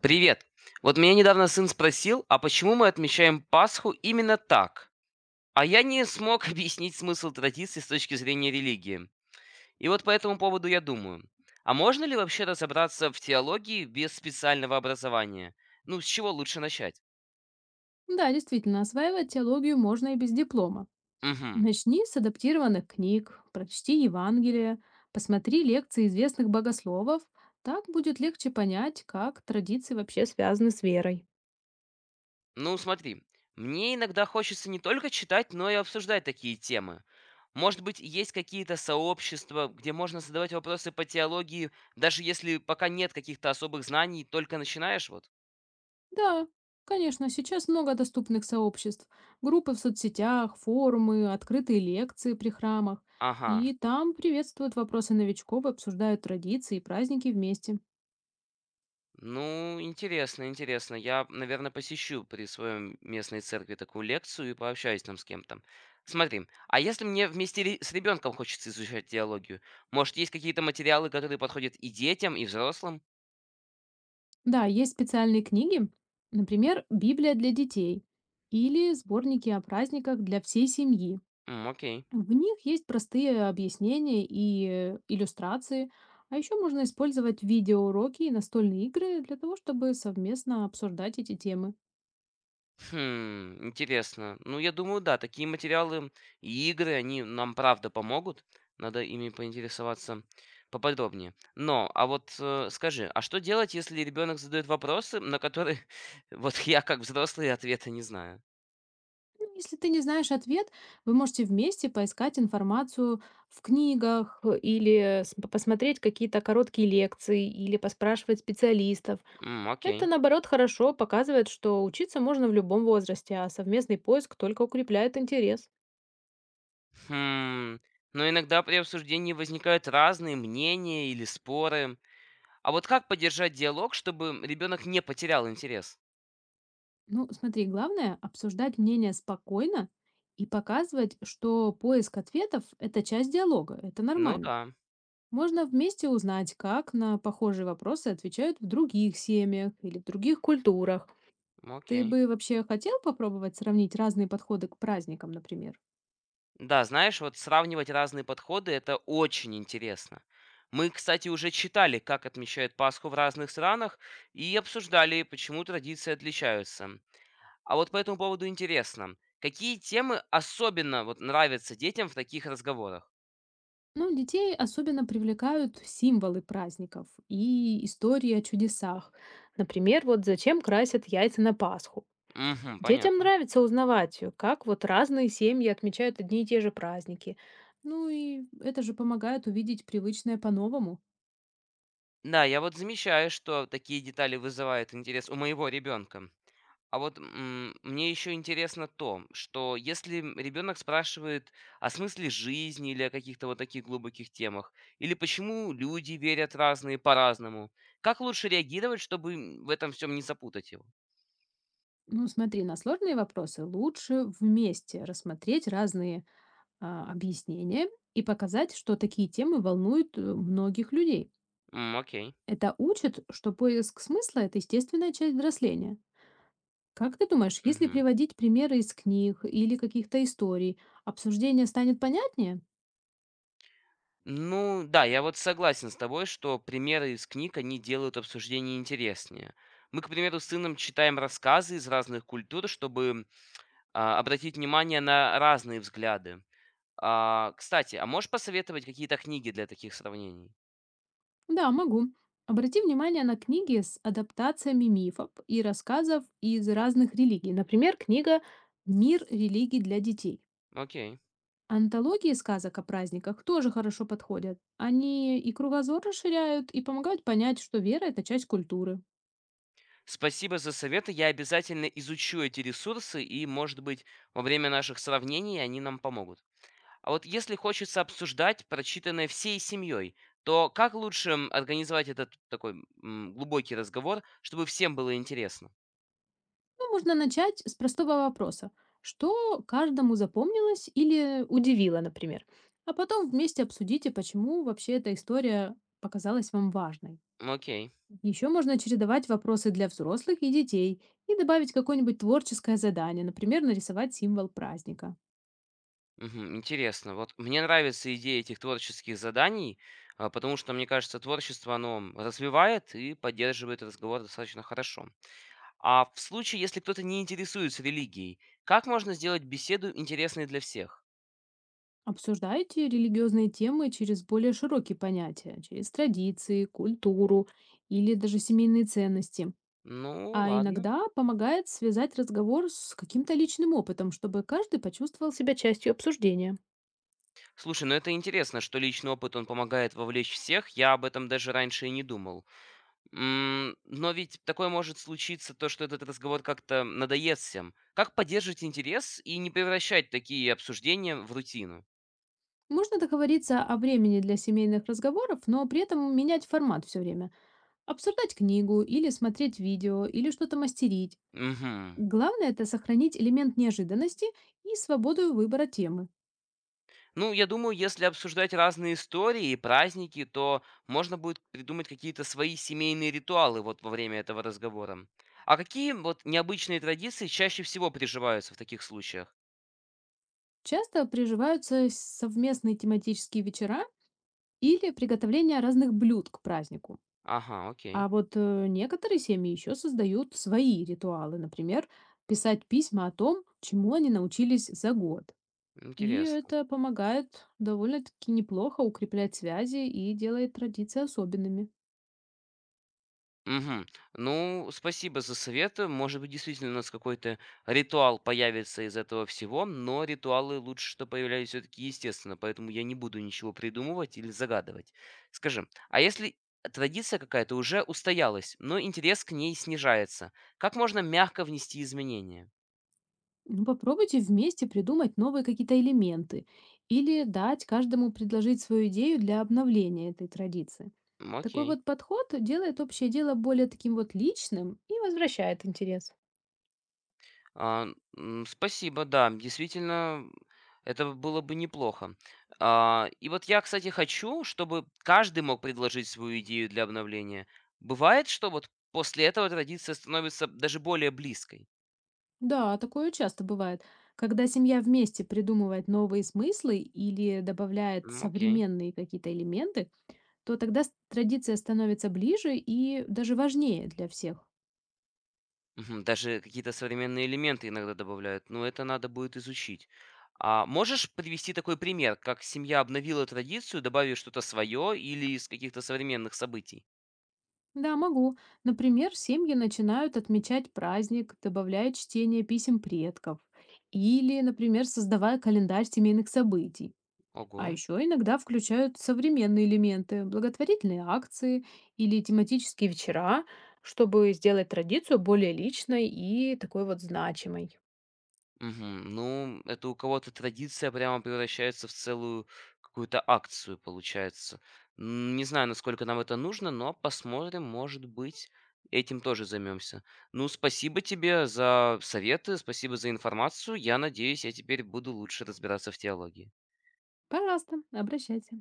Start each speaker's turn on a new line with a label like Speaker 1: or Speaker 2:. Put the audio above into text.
Speaker 1: Привет. Вот меня недавно сын спросил, а почему мы отмечаем Пасху именно так? А я не смог объяснить смысл традиции с точки зрения религии. И вот по этому поводу я думаю. А можно ли вообще разобраться в теологии без специального образования? Ну, с чего лучше начать?
Speaker 2: Да, действительно, осваивать теологию можно и без диплома.
Speaker 1: Угу.
Speaker 2: Начни с адаптированных книг, прочти Евангелие, посмотри лекции известных богословов. Так будет легче понять, как традиции вообще связаны с верой.
Speaker 1: Ну, смотри. Мне иногда хочется не только читать, но и обсуждать такие темы. Может быть, есть какие-то сообщества, где можно задавать вопросы по теологии, даже если пока нет каких-то особых знаний, только начинаешь вот?
Speaker 2: Да, конечно, сейчас много доступных сообществ. Группы в соцсетях, форумы, открытые лекции при храмах.
Speaker 1: Ага.
Speaker 2: И там приветствуют вопросы новичков, и обсуждают традиции и праздники вместе.
Speaker 1: Ну, интересно, интересно. Я, наверное, посещу при своем местной церкви такую лекцию и пообщаюсь там с кем-то. Смотри, а если мне вместе с ребенком хочется изучать теологию, может, есть какие-то материалы, которые подходят и детям, и взрослым?
Speaker 2: Да, есть специальные книги, например, «Библия для детей» или сборники о праздниках для всей семьи.
Speaker 1: М, окей.
Speaker 2: В них есть простые объяснения и иллюстрации, а еще можно использовать видеоуроки и настольные игры для того, чтобы совместно обсуждать эти темы.
Speaker 1: Хм, интересно. Ну, я думаю, да, такие материалы и игры, они нам правда помогут. Надо ими поинтересоваться поподробнее. Но, а вот скажи, а что делать, если ребенок задает вопросы, на которые вот я как взрослый ответа не знаю?
Speaker 2: Ну, если ты не знаешь ответ, вы можете вместе поискать информацию в книгах посмотреть какие-то короткие лекции или поспрашивать специалистов.
Speaker 1: М,
Speaker 2: Это,
Speaker 1: окей.
Speaker 2: наоборот, хорошо показывает, что учиться можно в любом возрасте, а совместный поиск только укрепляет интерес.
Speaker 1: Хм, но иногда при обсуждении возникают разные мнения или споры. А вот как поддержать диалог, чтобы ребенок не потерял интерес?
Speaker 2: Ну, смотри, главное обсуждать мнение спокойно и показывать, что поиск ответов– это часть диалога, это
Speaker 1: Ну
Speaker 2: нормально.
Speaker 1: да,
Speaker 2: Можно вместе узнать, как на похожие вопросы отвечают в других семьях или в других культурах. Ты
Speaker 1: окей.
Speaker 2: бы вообще хотел попробовать сравнить разные подходы к праздникам, например?
Speaker 1: Да, знаешь, вот сравнивать разные подходы — это очень интересно. Мы, кстати, уже читали, как отмечают Пасху в разных странах, и обсуждали, почему традиции отличаются. А вот по этому поводу интересно, какие темы особенно вот нравятся детям в таких разговорах?
Speaker 2: Ну, детей особенно привлекают символы праздников и истории о чудесах. Например, вот зачем красят яйца на Пасху.
Speaker 1: Угу,
Speaker 2: Детям
Speaker 1: понятно.
Speaker 2: нравится узнавать, как вот разные семьи отмечают одни и те же праздники. Ну и это же помогает увидеть привычное по-новому.
Speaker 1: Да, я вот замечаю, что такие детали вызывают интерес у моего ребенка. А вот, м, мне еще интересно то, что если ребенок спрашивает о смысле жизни или о каких-то вот таких глубоких темах, или почему люди верят разные по-разному, как лучше реагировать, чтобы в этом всем не запутать его?
Speaker 2: Ну, смотри, на сложные вопросы лучше вместе рассмотреть разные объяснения и показать, что такие темы волнуют многих людей.
Speaker 1: М, окей.
Speaker 2: Это учит, что поиск смысла– это естественная часть взросления. Как ты думаешь, если
Speaker 1: Мгм.
Speaker 2: приводить примеры из книг или каких-то историй, обсуждение станет понятнее?
Speaker 1: Ну да, я вот согласен с тобой, что примеры из книг, они делают обсуждение интереснее. Мы, к примеру, с сыном читаем рассказы из разных культур, чтобы обратить внимание на разные взгляды. А, кстати, а можешь посоветовать какие-то книги для таких сравнений?
Speaker 2: Да, могу. Обрати внимание на книги с адаптациями мифов и рассказов из разных религий. Например, книга «Мир религий для детей».
Speaker 1: Окей.
Speaker 2: Антологии сказок о праздниках тоже хорошо подходят. Они и кругозор расширяют, и помогают понять, что вера— это часть культуры.
Speaker 1: Спасибо за советы. Я обязательно изучу эти ресурсы, и, может быть, во время наших сравнений они нам помогут. А вот если хочется обсуждать прочитанное всей семьей, то как лучше организовать этот такой глубокий разговор, чтобы всем было интересно?
Speaker 2: Ну, можно начать с простого вопроса. Что каждому запомнилось или удивило, например? А потом вместе обсудите, почему вообще эта история показалась вам важной.
Speaker 1: Окей.
Speaker 2: Еще можно чередовать вопросы для взрослых и детей и добавить какое-нибудь творческое задание, например, нарисовать символ праздника.
Speaker 1: Мгм, интересно. Вот мне нравится идея этих творческих заданий, потому что, мне кажется, творчество, оно развивает и поддерживает разговор достаточно хорошо. А в случае, если кто-то не интересуется религией, как можно сделать беседу интересной для всех?
Speaker 2: Обсуждайте религиозные темы через более широкие понятия, через традиции, культуру или даже семейные ценности.
Speaker 1: Ну,
Speaker 2: А
Speaker 1: ладно.
Speaker 2: иногда помогает связать разговор с каким-то личным опытом, чтобы каждый почувствовал себя частью обсуждения.
Speaker 1: Слушай, ну это интересно, что личный опыт, он помогает вовлечь всех. Я об этом даже раньше и не думал. М, но ведь такое может случиться, то, что этот разговор как-то надоест всем. Как поддерживать интерес и не превращать такие обсуждения в рутину?
Speaker 2: Можно договориться о времени для семейных разговоров, но при этом менять формат все время. Обсуждать книгу или смотреть видео, или что-то мастерить.
Speaker 1: Угу.
Speaker 2: Главное это сохранить элемент неожиданности и свободу выбора темы.
Speaker 1: Ну, я думаю, если обсуждать разные истории и праздники, то можно будет придумать какие-то свои семейные ритуалы вот во время этого разговора. А какие вот необычные традиции чаще всего приживаются в таких случаях?
Speaker 2: Часто приживаются совместные тематические вечера или приготовление разных блюд к празднику.
Speaker 1: Ага, окей.
Speaker 2: А вот некоторые семьи еще создают свои ритуалы, например, писать письма о том, чему они научились за год. И
Speaker 1: Интересно.
Speaker 2: это помогает довольно-таки неплохо укреплять связи и делает традиции особенными.
Speaker 1: Мгм. Ну, спасибо за советы. Может быть, действительно у нас какой-то ритуал появится из этого всего, но ритуалы лучше, что появлялись все-таки естественно, поэтому я не буду ничего придумывать или загадывать. Скажи, а если традиция какая-то уже устоялась, но интерес к ней снижается, как можно мягко внести изменения?
Speaker 2: Ну, попробуйте вместе придумать новые какие-то элементы или дать каждому предложить свою идею для обновления этой традиции.
Speaker 1: М,
Speaker 2: Такой
Speaker 1: окей.
Speaker 2: вот подход делает общее дело более таким вот личным и возвращает интерес.
Speaker 1: А, спасибо, да, действительно, это было бы неплохо. А, и вот я, кстати, хочу, чтобы каждый мог предложить свою идею для обновления. Бывает, что вот после этого традиция становится даже более близкой.
Speaker 2: Да, такое часто бывает. Когда семья вместе придумывает новые смыслы или добавляет
Speaker 1: М, окей.
Speaker 2: современные какие-то элементы, то тогда традиция становится ближе и даже важнее для всех.
Speaker 1: Мгм, даже какие-то современные элементы иногда добавляют, но это надо будет изучить. А можешь привести такой пример, как семья обновила традицию, добавив что-то свое или из каких-то современных событий?
Speaker 2: Да, могу. Например, семьи начинают отмечать праздник, добавляя чтение писем предков или, например, создавая календарь семейных событий. А
Speaker 1: Ого.
Speaker 2: еще иногда включают современные элементы, благотворительные акции или тематические вечера, чтобы сделать традицию более личной и такой вот значимой.
Speaker 1: Мгм. Ну, это у кого-то традиция прямо превращается в целую какую-то акцию, получается. М, не знаю, насколько нам это нужно, но посмотрим, может быть, этим тоже займемся. Ну, спасибо тебе за советы, спасибо за информацию. Я надеюсь, я теперь буду лучше разбираться в теологии.
Speaker 2: Пожалуйста, обращайся.